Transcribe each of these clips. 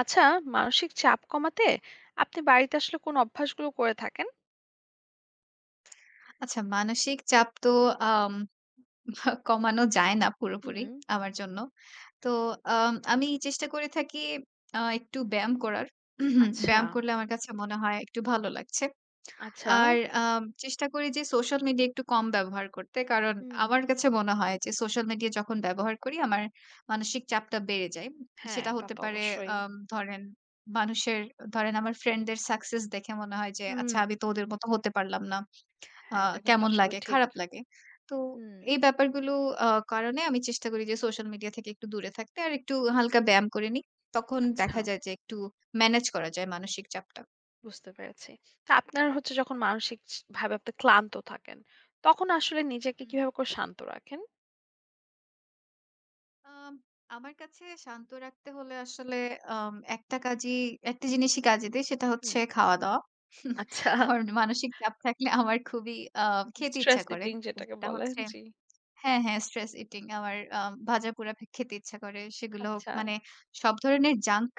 আচ্ছা, মানসিক চাপ কমাতে আপনি বাড়িতে আসলে কোন অভ্যাসগুলো করে থাকেন? আচ্ছা মানসিক চাপ তো আম কমানো যায় না পুরোপুরি হুম। আমার জন্য। তো আমি চেষ্টা করে থাকি একটু ব্যায়াম করার। আচ্ছা, ব্যায়াম করলে আমার কাছে মনে হয় একটু ভালো লাগছে। আচ্ছা। আর চেষ্টা করি যে সোশ্যাল মিডিয়া একটু কম ব্যবহার করতে। কারণ হুম। আমার কাছে মনে হয় যে সোশ্যাল মিডিয়া যখন ব্যবহার করি আমার মানসিক চাপটা বেড়ে যায়। হ্যাঁ, সেটা তা হতে তো পারে অবশ্যই। ধরেন মানুষের ধরেন আমার ফ্রেন্ডদের সাকসেস দেখে মনে হয় যে হুম। আচ্ছা আমি তো ওদের মতো হতে পারলাম না। আ হ্যাঁ, এটা কিন্তু কেমন আসলে লাগে, ঠিক। খারাপ লাগে। তো হুম, এই ব্যাপারগুলো আ কারণে আমি চেষ্টা করি যে সোশ্যাল মিডিয়া থেকে একটু দূরে থাকতে আর একটু হালকা ব্যায়াম করে নিই। তখন আচ্ছা দেখা যায় যে একটু ম্যানেজ করা যায় মানসিক চাপটা। বুঝতে পেরেছি। তা আপনার হচ্ছে যখন মানসিক স ভাবে আপনি ক্লান্ত থাকেন, তখন আসলে নিজেকে হুম। কিভাবে করে শান্ত রাখেন? আম আমার কাছে শান্ত রাখতে হলে আসলে আম একটা কাজই একটা জিনিসই কাজে দেয় সেটা হুম। হচ্ছে খাওয়া-দাওয়া। আচ্ছা, আমার মানসিক চাপ থাকলে আমার খুবই আ খেতে ইচ্ছা স্ট্রেস করে। ইটিং যেটাকে সেটা বলে। হচ্ছে জি। হ্যাঁ, হ্যাঁ, স্ট্রেস ইটিং আমার ভাজাপোড়া খেতে ইচ্ছা করে। সেগুলো হোক আচ্ছা, মানে সব ধরনের জাঙ্ক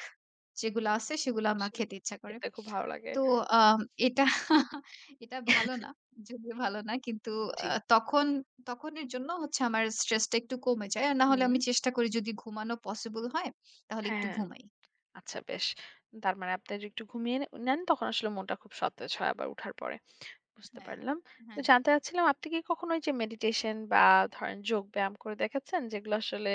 যেগুলো আছে সেগুলো আমার সেগুলো খেতে ইচ্ছা করে। খেতে খুব ভালো লাগে। তো আ এটা এটা ভালো না, যদিও ভালো না। কিন্তু জি। তখন তখনের জন্য হচ্ছে আমার স্ট্রেসটা একটু কমে যায়। আর না হলে হুম। আমি চেষ্টা করি যদি ঘুমানো পসিবল হয় তাহলে একটু হ্যাঁ। ঘুমাই। আচ্ছা বেশ। তার মানে আপনি যে একটু ঘুমিয়ে নেন তখন আসলে মনটা খুব সতেজ হয় আবার উঠার পরে। বুঝতে হ্যাঁ, পারলাম। তো হ্যাঁ। জানতে চাচ্ছিলাম আপনি কি কখনো ওই যে মেডিটেশন বা ধরেন যোগ ব্যায়াম করে দেখেছেন? যেগুলো আসলে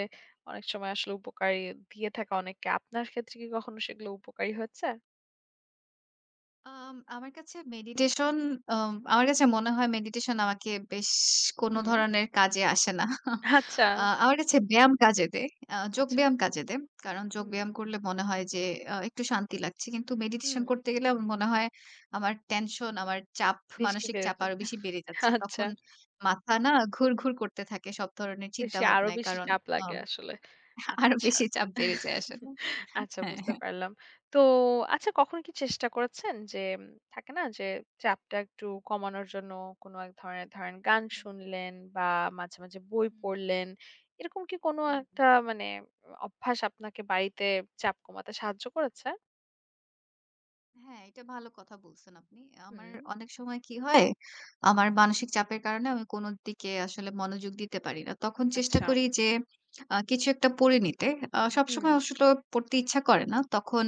অনেক সময় আসলে উপকারী দিয়ে থাকে অনেককে। আপনার ক্ষেত্রে কি কখনো সেগুলো উপকারী হয়েছে? আম আমার কাছে মেডিটেশন আম আমার কাছে মনে হয় মেডিটেশন আমাকে বেশ কোনো হুম। ধরনের কাজে আসে না। আচ্ছা, আমার কাছে ব্যায়াম কাজে দেয়। আচ্ছা। যোগব্যায়াম কাজে দেয়। কারণ হুম, যোগব্যায়াম করলে মনে হয় যে একটু শান্তি লাগছে। কিন্তু হুম। মেডিটেশন করতে গেলে আমার মনে হয় আমার টেনশন, আমার চাপ, বেশি মানসিক বেড়ে চাপ যায়। আরো বেশি বেড়ে যাচ্ছে। আচ্ছা। তখন মাথা না ঘুরঘুর করতে থাকে সব ধরনের বেশি আরো চিন্তাভাবনায়। বেশি কারণ চাপ লাগে আম আসলে। আরো আচ্ছা। বেশি চাপ বেড়ে যায় আসলে। আচ্ছা হ্যাঁ, বুঝতে হ্যাঁ। পারলাম। তো আচ্ছা কখনো কি চেষ্টা করেছেন যে থাকে না যে চাপটা একটু কমানোর জন্য কোনো এক ধরনের ধরেন গান শুনলেন বা মাঝে, মাঝে বই হুম, পড়লেন। এরকম কি কোনো হুম, হুম, একটা হুম। মানে অভ্যাস আপনাকে বাড়িতে চাপ কমাতে সাহায্য করেছে? হ্যাঁ, এটা ভালো কথা বলছেন আপনি। আমার হুম। অনেক সময় কি হয়, আমার মানসিক চাপের কারণে আমি কোন দিকে আসলে মনোযোগ দিতে পারি না। তখন চেষ্টা আচ্ছা। করি যে কিছু একটা পড়ে নিতে। হুম, সবসময় আসলে পড়তে ইচ্ছা করে না। তখন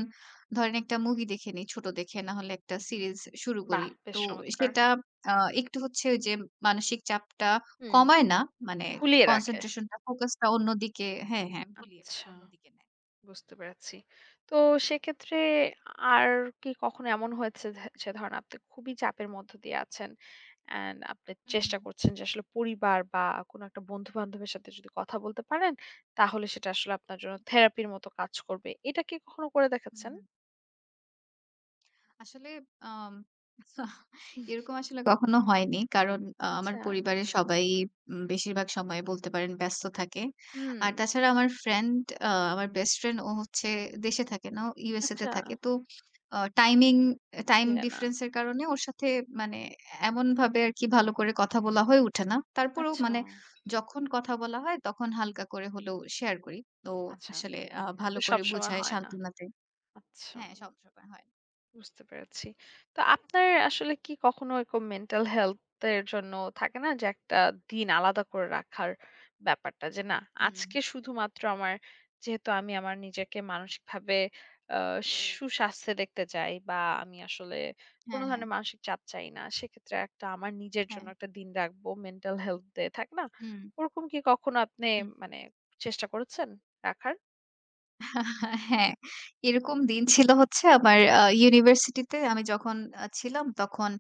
ধরেন একটা মুভি দেখে নিই, ছোট দেখে না হলে একটা সিরিজ শুরু করি। বাহ! বেশ তো চমৎকার। সেটা আ একটু হচ্ছে ওই যে মানসিক চাপটা হুম, কমায় না, মানে ভুলিয়ে রাখে। কনসেনট্রেশনটা, ফোকাসটা অন্যদিকে হ্যাঁ, হ্যাঁ, ভুলিয়ে রাখে, আচ্ছা। অন্যদিকে নেয়। বুঝতে পেরেছি। তো সেক্ষেত্রে আর কি কখনো এমন হয়েছে যে যে ধরেন আপনি খুবই চাপের মধ্য দিয়ে আছেন অ্যান্ড আপনি হুম, চেষ্টা হুম। করছেন যে আসলে পরিবার বা কোনো একটা বন্ধু-বান্ধবের সাথে যদি কথা বলতে পারেন তাহলে সেটা আসলে আপনার জন্য থেরাপির মতো কাজ করবে। এটা কি কখনো করে হুম, দেখেছেন? হুম। আসলে আম এরকম আসলে কখনো হয়নি। কারণ আমার আচ্ছা। পরিবারের সবাই বেশিরভাগ সময় বলতে পারেন ব্যস্ত থাকে। হুম। আর তাছাড়া আমার ফ্রেন্ড আমার বেস্ট ফ্রেন্ড ও হচ্ছে দেশে থাকে না। ও USA তে আচ্ছা। থাকে। তো আ টাইমিং টাইম মিলে না। ডিফারেন্স এর কারণে ওর সাথে মানে এমনভাবে আরকি ভালো করে কথা বলা হয়ে ওঠে না। তারপরেও আচ্ছা, মানে যখন কথা বলা হয় তখন হালকা করে হলেও শেয়ার করি। তো আচ্ছা। আসলে তো ভালো করে সবসময় বুঝায় হয় না। সান্ত্বনা দেই। আচ্ছা। হ্যাঁ, সবসময় হয়। বুঝতে পেরেছি। তো আপনার আসলে কি কখনো এরকম মেন্টাল হেলথ এর জন্য থাকে না যে একটা দিন আলাদা করে রাখার ব্যাপারটা যে না হুম। আজকে শুধুমাত্র আমার যেহেতু আমি আমার নিজেকে মানসিকভাবে আ সুস্বাস্থ্যে দেখতে চাই বা আমি আসলে কোনো হ্যাঁ, হ্যাঁ, ধরনের মানসিক চাপ চাই না। সেক্ষেত্রে একটা আমার নিজের হ্যাঁ। জন্য একটা দিন রাখবো মেন্টাল হেলথ ডে থাকে না? হুম, ওরকম কি কখনো আপনি হুম। মানে চেষ্টা করেছেন রাখার? হ্যাঁ, এরকম দিন ছিল হচ্ছে আমার ইউনিভার্সিটিতে আমি যখন ছিলাম তখন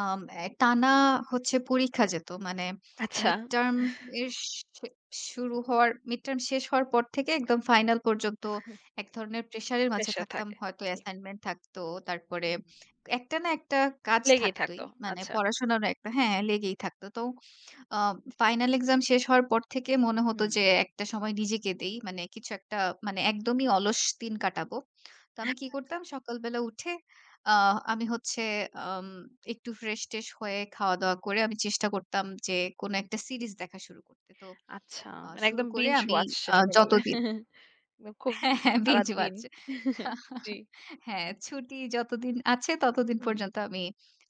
টানা হচ্ছে পরীক্ষা যেত। মানে আচ্ছা, মিডটার্ম এর শে শুরু হওয়ার মিডটার্ম শেষ হওয়ার পর থেকে একদম ফাইনাল পর্যন্ত এক ধরনের প্রেশারের মাঝে প্রেশার থাকতাম। থাকে। হয়তো জি। অ্যাসাইনমেন্ট থাকতো, তারপরে একটা না একটা কাজ লেগেই থাকতই। থাকতো। মানে আচ্ছা। পড়াশোনারও একটা হ্যাঁ, লেগেই থাকতো। তো আ ফাইনাল এক্সাম শেষ হওয়ার পর থেকে মনে হতো হুম, যে একটা সময় নিজেকে দেই। মানে কিছু একটা মানে একদমই অলস দিন কাটাবো। তো আমি কি আচ্ছা, করতাম সকালবেলা উঠে আ আমি হচ্ছে আম একটু ফ্রেশ-ট্রেশ হয়ে খাওয়া-দাওয়া করে আমি চেষ্টা করতাম যে কোন একটা সিরিজ দেখা শুরু করতে। তো আচ্ছা। মানে শুরু একদম করে বিঞ্জ আমি ওয়াচ যেটাকে বলে। যতদিন একদম খুব হ্যাঁ, হ্যাঁ, binge সারাদিন watch জি, হ্যাঁ, ছুটি যতদিন আছে ততদিন হুম, পর্যন্ত আমি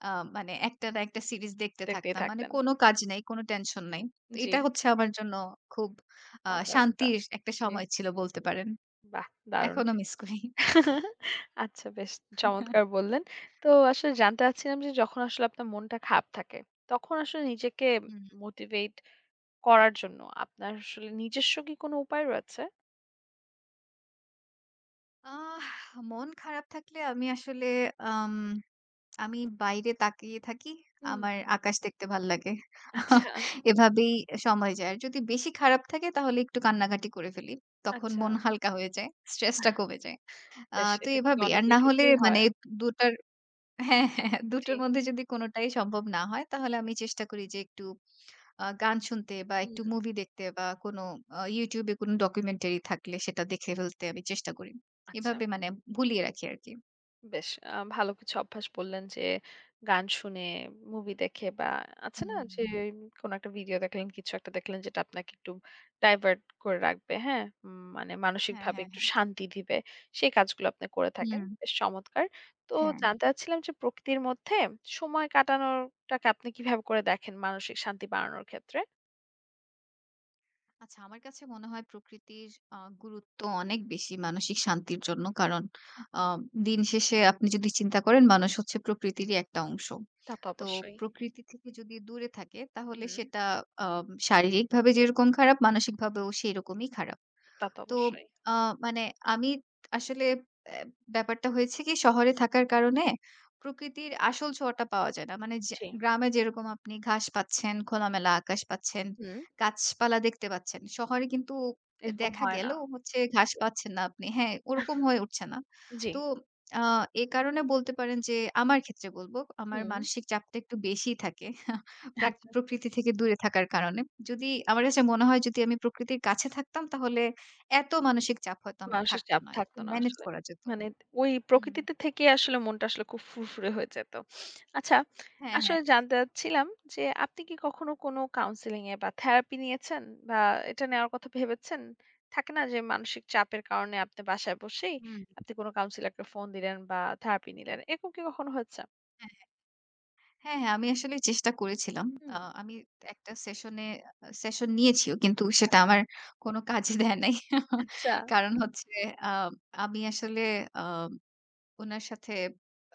আ মানে একটা না একটা সিরিজ দেখতে দেখতেই থাকতাম। মানে থাকতেন। কোনো কাজ নাই, কোনো টেনশন নাই। তো জি, এটা হচ্ছে আমার জন্য খুব মজার একটা। শান্তির একটা জি, সময় ছিল বলতে পারেন। বাহ! দারুণ। এখনো মিস করি। আচ্ছা বেশ চমৎকার বললেন। তো আসলে জানতে চাচ্ছিলাম যে যখন আসলে আপনার মনটা খারাপ থাকে, তখন আসলে নিজেকে হুম। মোটিভেট করার জন্য আপনার আসলে নিজস্ব কি কোনো উপায় রয়েছে? আহ মন খারাপ থাকলে আমি আসলে আম আমি বাইরে তাকিয়ে থাকি। হুম, আমার আকাশ দেখতে ভাল লাগে। আচ্ছা, এভাবেই সময় যায়। আর যদি বেশি খারাপ থাকে তাহলে একটু কান্নাকাটি করে ফেলি। তখন আচ্ছা। মন হালকা হয়ে যায়। স্ট্রেসটা কমে যায়। আ বেশ তো এটা কিন্তু এভাবেই। আর অনেকের না হলে ক্ষেত্রেই মানে হয়। ২ টার, হ্যাঁ, হ্যাঁ, ২ জি, টার মধ্যে যদি কোনটাই সম্ভব না হয় তাহলে আমি চেষ্টা করি যে একটু গান শুনতে বা একটু হুম, মুভি দেখতে বা কোনো YouTube এ কোনো ডকুমেন্টারি থাকলে সেটা দেখে ফেলতে আমি চেষ্টা করি। আচ্ছা। এভাবে মানে ভুলিয়ে রাখি আরকি। বেশ ভালো কিছু অভ্যাস বললেন যে, গান শুনে, মুভি দেখে বা আছে না হুম। যে কোনো একটা ভিডিও দেখলেন, কিছু একটা দেখলেন যেটা আপনাকে একটু ডাইভার্ট করে রাখবে, হ্যাঁ? মানে হ্যাঁ, মানসিকভাবে হ্যাঁ, একটু হ্যাঁ। শান্তি দিবে। সেই কাজগুলো আপনি করে থাকেন। হুম, বেশ চমৎকার। তো হ্যাঁ। জানতে চাচ্ছিলাম যে প্রকৃতির মধ্যে সময় কাটানোরটাকে আপনি কিভাবে করে দেখেন মানসিক শান্তি বাড়ানোর ক্ষেত্রে? আচ্ছা আমার কাছে মনে হয় প্রকৃতির গুরুত্ব অনেক বেশি মানসিক শান্তির জন্য। কারণ আ দিন শেষে আপনি যদি চিন্তা করেন মানুষ হচ্ছে প্রকৃতিরই একটা অংশ। তা তো তো অবশ্যই। প্রকৃতি থেকে যদি দূরে থাকে তাহলে হুম, সেটা আ শারীরিকভাবে যেরকম খারাপ মানসিকভাবেও সেরকমই খারাপ। তা তো তো অবশ্যই। আ মানে আমি আসলে অ্যা ব্যাপারটা হয়েছে কি শহরে থাকার কারণে প্রকৃতির আসল ছোঁয়াটা পাওয়া যায় না। মানে যে জি। গ্রামে যেরকম আপনি ঘাস পাচ্ছেন, খোলামেলা আকাশ পাচ্ছেন, হুম, গাছপালা দেখতে পাচ্ছেন। শহরে কিন্তু এরকম দেখা হয় না। গেলেও হচ্ছে ঘাস পাচ্ছেন না আপনি। হ্যাঁ, ওরকম হয়ে উঠছে না। জি। তো আ এ কারণে বলতে পারেন যে আমার ক্ষেত্রে বলব আমার হুম। মানসিক চাপটা একটু বেশিই থাকে আচ্ছা। প্রকৃতি থেকে দূরে থাকার কারণে। যদি আমার কাছে মনে হয় যদি আমি প্রকৃতির কাছে থাকতাম তাহলে এত মানসিক চাপ হয়তো আমার মানসিক থাকতো চাপ না। একটু থাকতো না ম্যানেজ আসলে। করা যেত। মানে ওই হুম। প্রকৃতিতে থেকে আসলে মনটা আসলে খুব ফুরফুরে হয়ে যেত। আচ্ছা, হ্যাঁ, হ্যাঁ। আসলে জানতে চাচ্ছিলাম যে আপনি কি কখনো কোনো কাউন্সেলিং এ বা থেরাপি নিয়েছেন? বা এটা নেওয়ার কথা ভেবেছেন? থাকে না যে মানসিক চাপের কারণে আপনি বাসায় বসেই হুম। আপনি কোনো কাউন্সিলরকে ফোন দিলেন বা থেরাপি নিলেন। এরকম কি কখনো হয়েছে? হ্যাঁ, হ্যাঁ, হ্যাঁ, আমি আসলে চেষ্টা করেছিলাম। আ হুম, আমি একটা সেশনে সেশন নিয়েছিও কিন্তু সেটা আচ্ছা, আমার কোনো কাজে দেয় নাই। আচ্ছা, কারণ হচ্ছে আ আমি আসলে আ উনার সাথে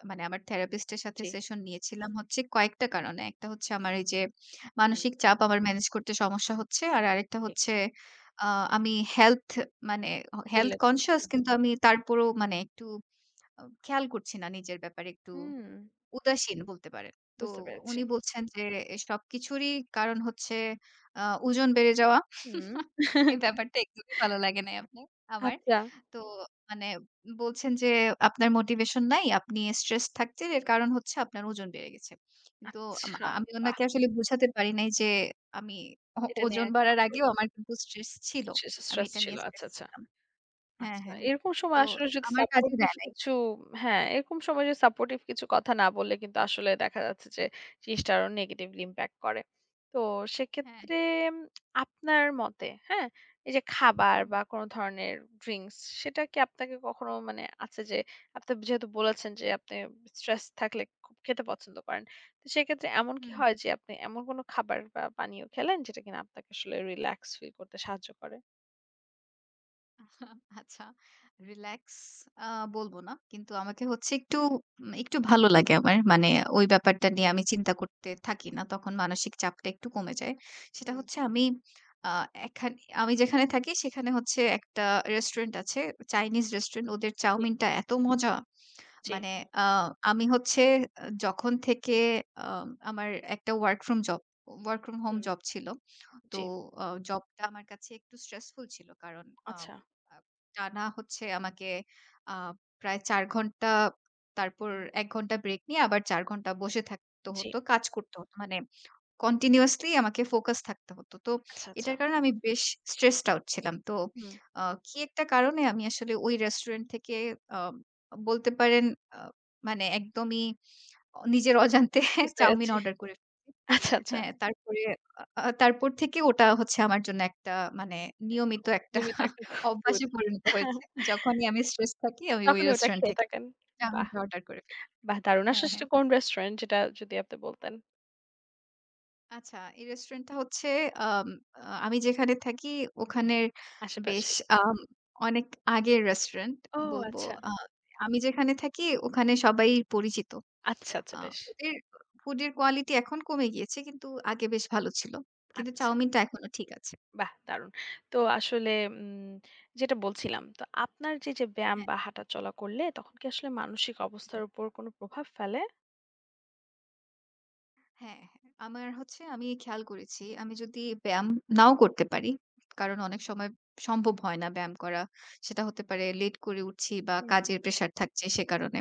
মানে আমার থেরাপিস্টের সাথে জি, সেশন নিয়েছিলাম হচ্ছে কয়েকটা কারণে। একটা হচ্ছে আমার এই যে হুম, মানসিক চাপ আমার ম্যানেজ করতে সমস্যা হচ্ছে। আর আরেকটা জি, হচ্ছে আ আমি হেলথ মানে হেলথ রিলেট করতে। কনসিয়াস কিন্তু আমি তারপরও মানে একটু খেয়াল করছি না নিজের ব্যাপারে একটু হুম, উদাসীন বলতে পারেন। তো বুঝতে পেরেছি। উনি বলছেন যে এ সবকিছুরই কারণ হচ্ছে আ ওজন বেড়ে যাওয়া। হুম, এই ব্যাপারটা একদমই ভালো লাগে নাই আপনি আমার। আচ্ছা, তো মানে বলছেন যে, আপনার মোটিভেশন নাই। আপনি স্ট্রেস থাকছেন। এর কারণ হচ্ছে আপনার ওজন বেড়ে গেছে। কিন্তু আম আচ্ছা, আমি বাহ! উনাকে আসলে বুঝাতে পারি নাই যে, আমি এটা নিয়ে ওজন একটা বাড়ার আগেও আমার কিন্তু স্ট্রেস ছিল। আমি স্ট্রেস এটা ছিল। নিয়ে স্ট্রেস আচ্ছা, আচ্ছা। ছিলাম। হ্যাঁ, আচ্ছা, হ্যাঁ। এরকম সময় তো আসলে যদি আমার কাজে সাপোর্টিভ দেয় নাই। কিছু হ্যাঁ, এরকম সময় যদি সাপোর্টিভ কিছু কথা না বললে কিন্তু আসলে দেখা যাচ্ছে যে জিনিসটা আরো নেগেটিভলি ইমপ্যাক্ট করে। তো হ্যাঁ। সেক্ষেত্রে উম আপনার মতে, হ্যাঁ? এই যে খাবার হুম, বা কোন ধরনের ড্রিংকস সেটা কি আপনাকে কখনো মানে আছে যে আপনি যেহেতু বলেছেন যে আপনি স্ট্রেস থাকলে খুব খেতে পছন্দ করেন। তো সেক্ষেত্রে এমন কি হুম। হয় যে আপনি এমন কোন খাবার বা পানীয় খেলেন যেটা কিনা আপনাকে আসলে রিল্যাক্স ফিল করতে সাহায্য করে? আচ্ছা রিল্যাক্স, আ বলব না। কিন্তু আমাকে হচ্ছে একটু একটু ভালো লাগে আমার। মানে ওই ব্যাপারটা নিয়ে আমি চিন্তা করতে থাকি না। তখন মানসিক চাপটা একটু কমে যায়। সেটা হুম। হচ্ছে আমি আ এখান আমি যেখানে থাকি সেখানে হচ্ছে একটা রেস্টুরেন্ট আছে। Chinese restaurant. ওদের জি, চাউমিনটা এত মজা! জি, মানে আ আমি হচ্ছে আ যখন থেকে আ আমার একটা ওয়ার্ক ফ্রম হোম হুম। জব ছিল। তো জি। জবটা আমার কাছে একটু স্ট্রেসফুল ছিল। কারণ আম আচ্ছা, আ টানা হচ্ছে আমাকে আ প্রায় ৪ ঘন্টা তারপর ১ ঘন্টা ব্রেক নিয়ে আবার ৪ ঘন্টা বসে থাকতে জি। হতো, কাজ করতে হতো। মানে কন্টিনিউয়াসলি আমাকে ফোকাস থাকতে হতো। তো আচ্ছা, আচ্ছা। এটার কারণে আমি বেশ স্ট্রেসড আউট ছিলাম। তো হুম, আ কি একটা কারণে আমি আসলে ওই রেস্টুরেন্ট থেকে আ বলতে পারেন আ মানে একদমই নিজের অজান্তে বুঝতে চাউমিন পেরেছি। অর্ডার করে ফেলেছি। আচ্ছা, আচ্ছা। হ্যাঁ, তারপরে আ আ তারপর থেকে ওটা হচ্ছে আমার জন্য একটা মানে এ নিয়মিত খুব একটা নিয়মিত একটা ফুড। অভ্যাসে পরিণত হয়েছে। যখনই আমি স্ট্রেস থাকি আমি ওই তখনই ওটা রেস্টুরেন্ট খেয়ে থেকে থাকেন। বাহ! চাউমিনটা অর্ডার করে ফেলি। বাহ! দারুণ। হ্যাঁ, আসলে হ্যাঁ। সেটা কোন রেস্টুরেন্ট যেটা যদি আপনি বলতেন? আচ্ছা, এই রেস্টুরেন্টটা হচ্ছে আম আ আমি যেখানে থাকি ওখানের বেশ আশেপাশেই। অনেক আগের রেস্টুরেন্ট ও বলবো। আচ্ছা। আ আমি যেখানে থাকি ওখানে সবাই পরিচিত। আচ্ছা, আচ্ছা আ বেশ। ওদের ফুডের কোয়ালিটি এখন কমে গিয়েছে কিন্তু আগে বেশ ভালো ছিল। কিন্তু আচ্ছা, চাউমিনটা এখনো ঠিক আছে। বাহ! দারুণ। তো আসলে উম যেটা বলছিলাম, তো আপনার যে, যে ব্যায়াম হ্যাঁ, বা হাঁটা চলা করলে তখন কি আসলে মানসিক অবস্থার উপর কোন প্রভাব ফেলে? হ্যাঁ, হ্যাঁ। আমার হচ্ছে আমি খেয়াল করেছি আমি যদি ব্যায়াম নাও করতে পারি, কারণ অনেক সময় সম্ভব হয় না ব্যায়াম করা। সেটা হতে পারে লেট করে উঠছি বা হুম, কাজের প্রেশার থাকছে সে কারণে।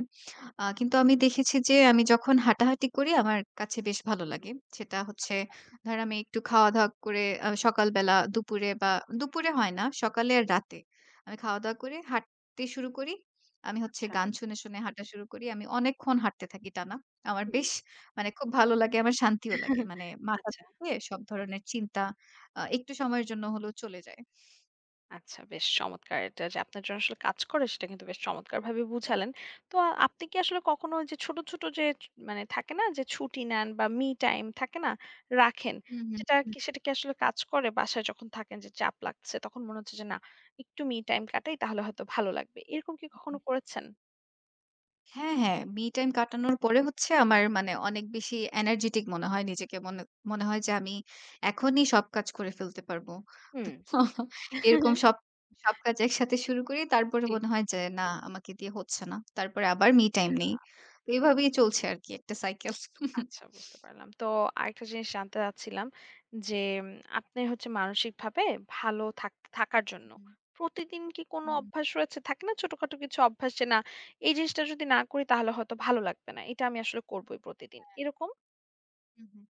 কিন্তু আমি দেখেছি যে আমি যখন হাঁটাহাঁটি করি আমার কাছে বেশ ভালো হুম। লাগে। সেটা হচ্ছে আচ্ছা, ধরেন আমি একটু খাওয়া-দাওয়া করে সকালবেলা, দুপুরে বা দুপুরে হয় না, সকালে আর রাতে। আমি খাওয়া-দাওয়া করে হাঁটতে শুরু করি। আমি হচ্ছে আচ্ছা। গান শুনে, শুনে হাঁটা শুরু করি। আমি অনেকক্ষণ হাঁটতে থাকি টানা। আমার হুম। বেশ মানে খুব ভালো লাগে, আমার শান্তিও লাগে। মানে মাথা আচ্ছা। থেকে সব ধরনের চিন্তা একটু সময়ের জন্য হলেও চলে যায়। আচ্ছা বেশ চমৎকার! এটা যে আপনার জন্য আসলে কাজ করে সেটা কিন্তু বেশ চমৎকারভাবে বুঝালেন। তো আপনি কি আসলে কখনো ওই যে ছোট, ছোট যে মানে থাকে না যে ছুটি নেন বা মি টাইম থাকে না? রাখেন। হুম, হুম, যেটা হুম। কি সেটা কি আসলে কাজ করে? বাসায় যখন থাকেন যে চাপ লাগছে তখন মনে হচ্ছে যে না একটু মি টাইম কাটাই তাহলে হয়তো ভালো লাগবে। এরকম কি কখনো করেছেন? হ্যাঁ, হ্যাঁ। মি টাইম কাটানোর পরে হচ্ছে আমার মানে অনেক বেশি এনার্জেটিক মনে হয় নিজেকে। মনে মনে হয় যে আমি এখনই সব কাজ করে ফেলতে পারবো। হুম। এরকম সব, সব কাজ একসাথে শুরু করি। তারপরে জি। মনে হয় যে না আমাকে দিয়ে হচ্ছে না। তারপরে আবার মি টাইম নেই। তো এভাবেই চলছে আরকি একটা সাইকেল। আচ্ছা বুঝতে পারলাম। তো আরেকটা জিনিস জানতে চাচ্ছিলাম যে, উম আপনি হচ্ছে মানসিকভাবে ভালো থাকার জন্য হুম, প্রতিদিন কি কোনো হুম, অভ্যাস রয়েছে? থাকে না ছোটখাটো কিছু অভ্যাস যে, না এই জিনিসটা যদি না করি তাহলে হয়তো ভালো লাগবে না। এটা আমি আসলে করবই প্রতিদিন। এরকম? হুম, হুম।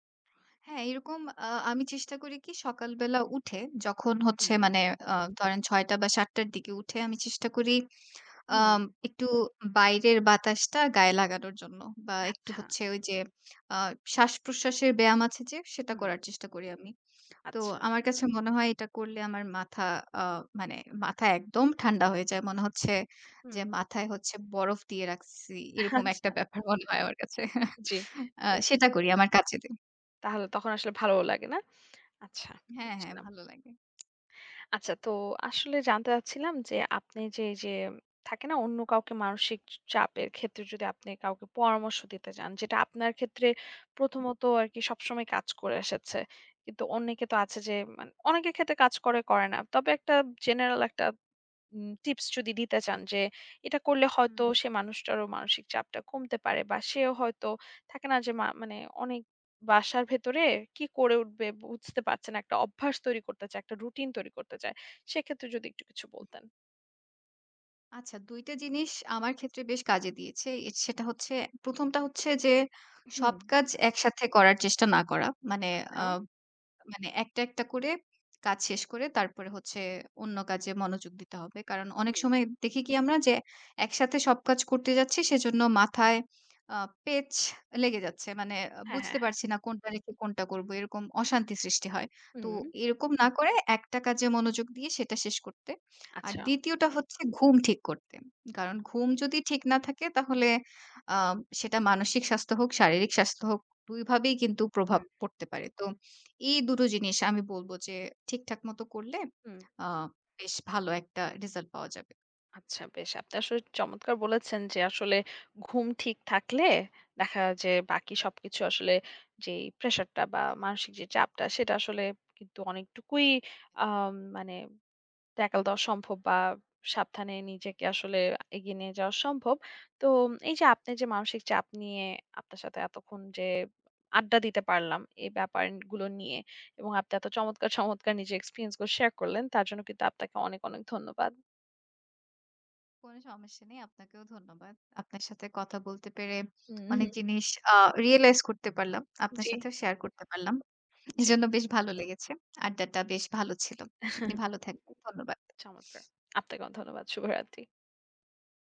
হ্যাঁ, এরকম আমি চেষ্টা করি কি সকালবেলা উঠে যখন হচ্ছে হুম, মানে ধরেন ৬:০০ বা ৭:০০ র দিকে উঠে আমি চেষ্টা করি হুম, আম একটু বাইরের বাতাসটা গায়ে লাগানোর জন্য বা একটু আচ্ছা। হচ্ছে ওই যে আ শ্বাস-প্রশ্বাসের ব্যায়াম আছে যে, সেটা হুম, করার চেষ্টা করি আমি। তো আচ্ছা। আমার কাছে মনে হয় এটা করলে আমার মাথা আ মানে মাথা একদম ঠান্ডা হয়ে যায়। মনে হচ্ছে হুম। যে মাথায় হচ্ছে বরফ দিয়ে রাখছি। এরকম একটা আচ্ছা। ব্যাপার মনে হয় আমার কাছে। জি। বেশ। সেটা করি, আমার কাজে দেয়। তাহলে তখন আসলে ভালোও লাগে না? আচ্ছা হ্যাঁ, হ্যাঁ, বুঝলাম। ভালো লাগে। আচ্ছা তো আসলে জানতে চাচ্ছিলাম যে আপনি যে এই যে থাকে না অন্য কাউকে মানসিক চাপের ক্ষেত্রে যদি আপনি কাউকে পরামর্শ দিতে চান যেটা আপনার ক্ষেত্রে প্রথমত আর কি সবসময় কাজ করে এসেছে কিন্তু অনেকে তো আছে যে মানে অনেকের ক্ষেত্রে কাজ করে করে না তবে একটা জেনারেল একটা টিপস যদি দিতে চান যে এটা করলে হয়তো হুম। সে মানুষটারও মানসিক চাপটা কমতে পারে বা সেও হয়তো থাকে না যে মানে অনেক বাসার ভেতরে কি করে উঠবে বুঝতে পারছে না একটা অভ্যাস তৈরি করতে চায় একটা রুটিন তৈরি করতে চায় সেক্ষেত্রে যদি একটু কিছু বলতেন আচ্ছা ২ টা জিনিস আমার ক্ষেত্রে বেশ কাজে দিয়েছে। সেটা হচ্ছে ১ম টা হচ্ছে যে হুম সব কাজ একসাথে করার চেষ্টা না করা। মানে আ হ্যাঁ মানে একটা, একটা করে কাজ শেষ করে তারপরে হচ্ছে অন্য কাজে মনোযোগ দিতে হবে। কারণ অনেক হুম। সময় দেখি কি আমরা যে একসাথে সব কাজ করতে যাচ্ছি সেজন্য মাথায় আ পেচ লেগে যাচ্ছে। মানে হ্যাঁ, হ্যাঁ, বুঝতে হ্যাঁ, পারছি না কোনটা রেখে কোনটা করব। এরকম অশান্তি সৃষ্টি হয়। তো হুম। এরকম না করে একটা কাজে মনোযোগ দিয়ে সেটা শেষ করতে। আর আচ্ছা। ২য় টা হচ্ছে ঘুম ঠিক করতে। কারণ ঘুম যদি ঠিক না থাকে তাহলে আ সেটা মানসিক স্বাস্থ্য হোক, শারীরিক স্বাস্থ্য হোক ২ ভাবেই কিন্তু হুম। প্রভাব পড়তে পারে। তো এই ২ টো জিনিস আমি বলব যে ঠিকঠাক মতো করলে হুম। আ হুম। বেশ ভালো একটা রেজাল্ট পাওয়া যাবে। আচ্ছা বেশ। আপনি আসলে চমৎকার বলেছেন যে আসলে ঘুম ঠিক থাকলে দেখা যায় যে বাকি সবকিছু আসলে যেই প্রেশারটা বা মানসিক যে চাপটা সেটা আসলে কিন্তু অনেকটুকুই মানে ট্যাকল দেওয়া সম্ভব বা সাবধানে নিজেকে আসলে এগিয়ে নিয়ে যাওয়া সম্ভব। তো এই যে আপনি যে মানসিক চাপ নিয়ে আপনার সাথে এতক্ষণ যে আড্ডা দিতে পারলাম এই ব্যাপারগুলো নিয়ে এবং আপনি এত চমৎকার, চমৎকার নিজের এক্সপেরিয়েন্স গুলো শেয়ার করলেন তার জন্য কিন্তু আপনাকে অনেক, অনেক ধন্যবাদ। কোনো সমস্যা নেই। আপনাকেও ধন্যবাদ। আপনার সাথে কথা বলতে পেরে হুম, অনেক জিনিস আ রিয়ালাইজ করতে পারলাম। আপনার জি। সাথেও শেয়ার করতে পারলাম। জি। এজন্য বেশ ভালো লেগেছে। আড্ডাটা বেশ ভালো ছিল। আপনি ভালো থাকবেন। ধন্যবাদ। চমৎকার। আপনাকেও ধন্যবাদ। শুভরাত্রি।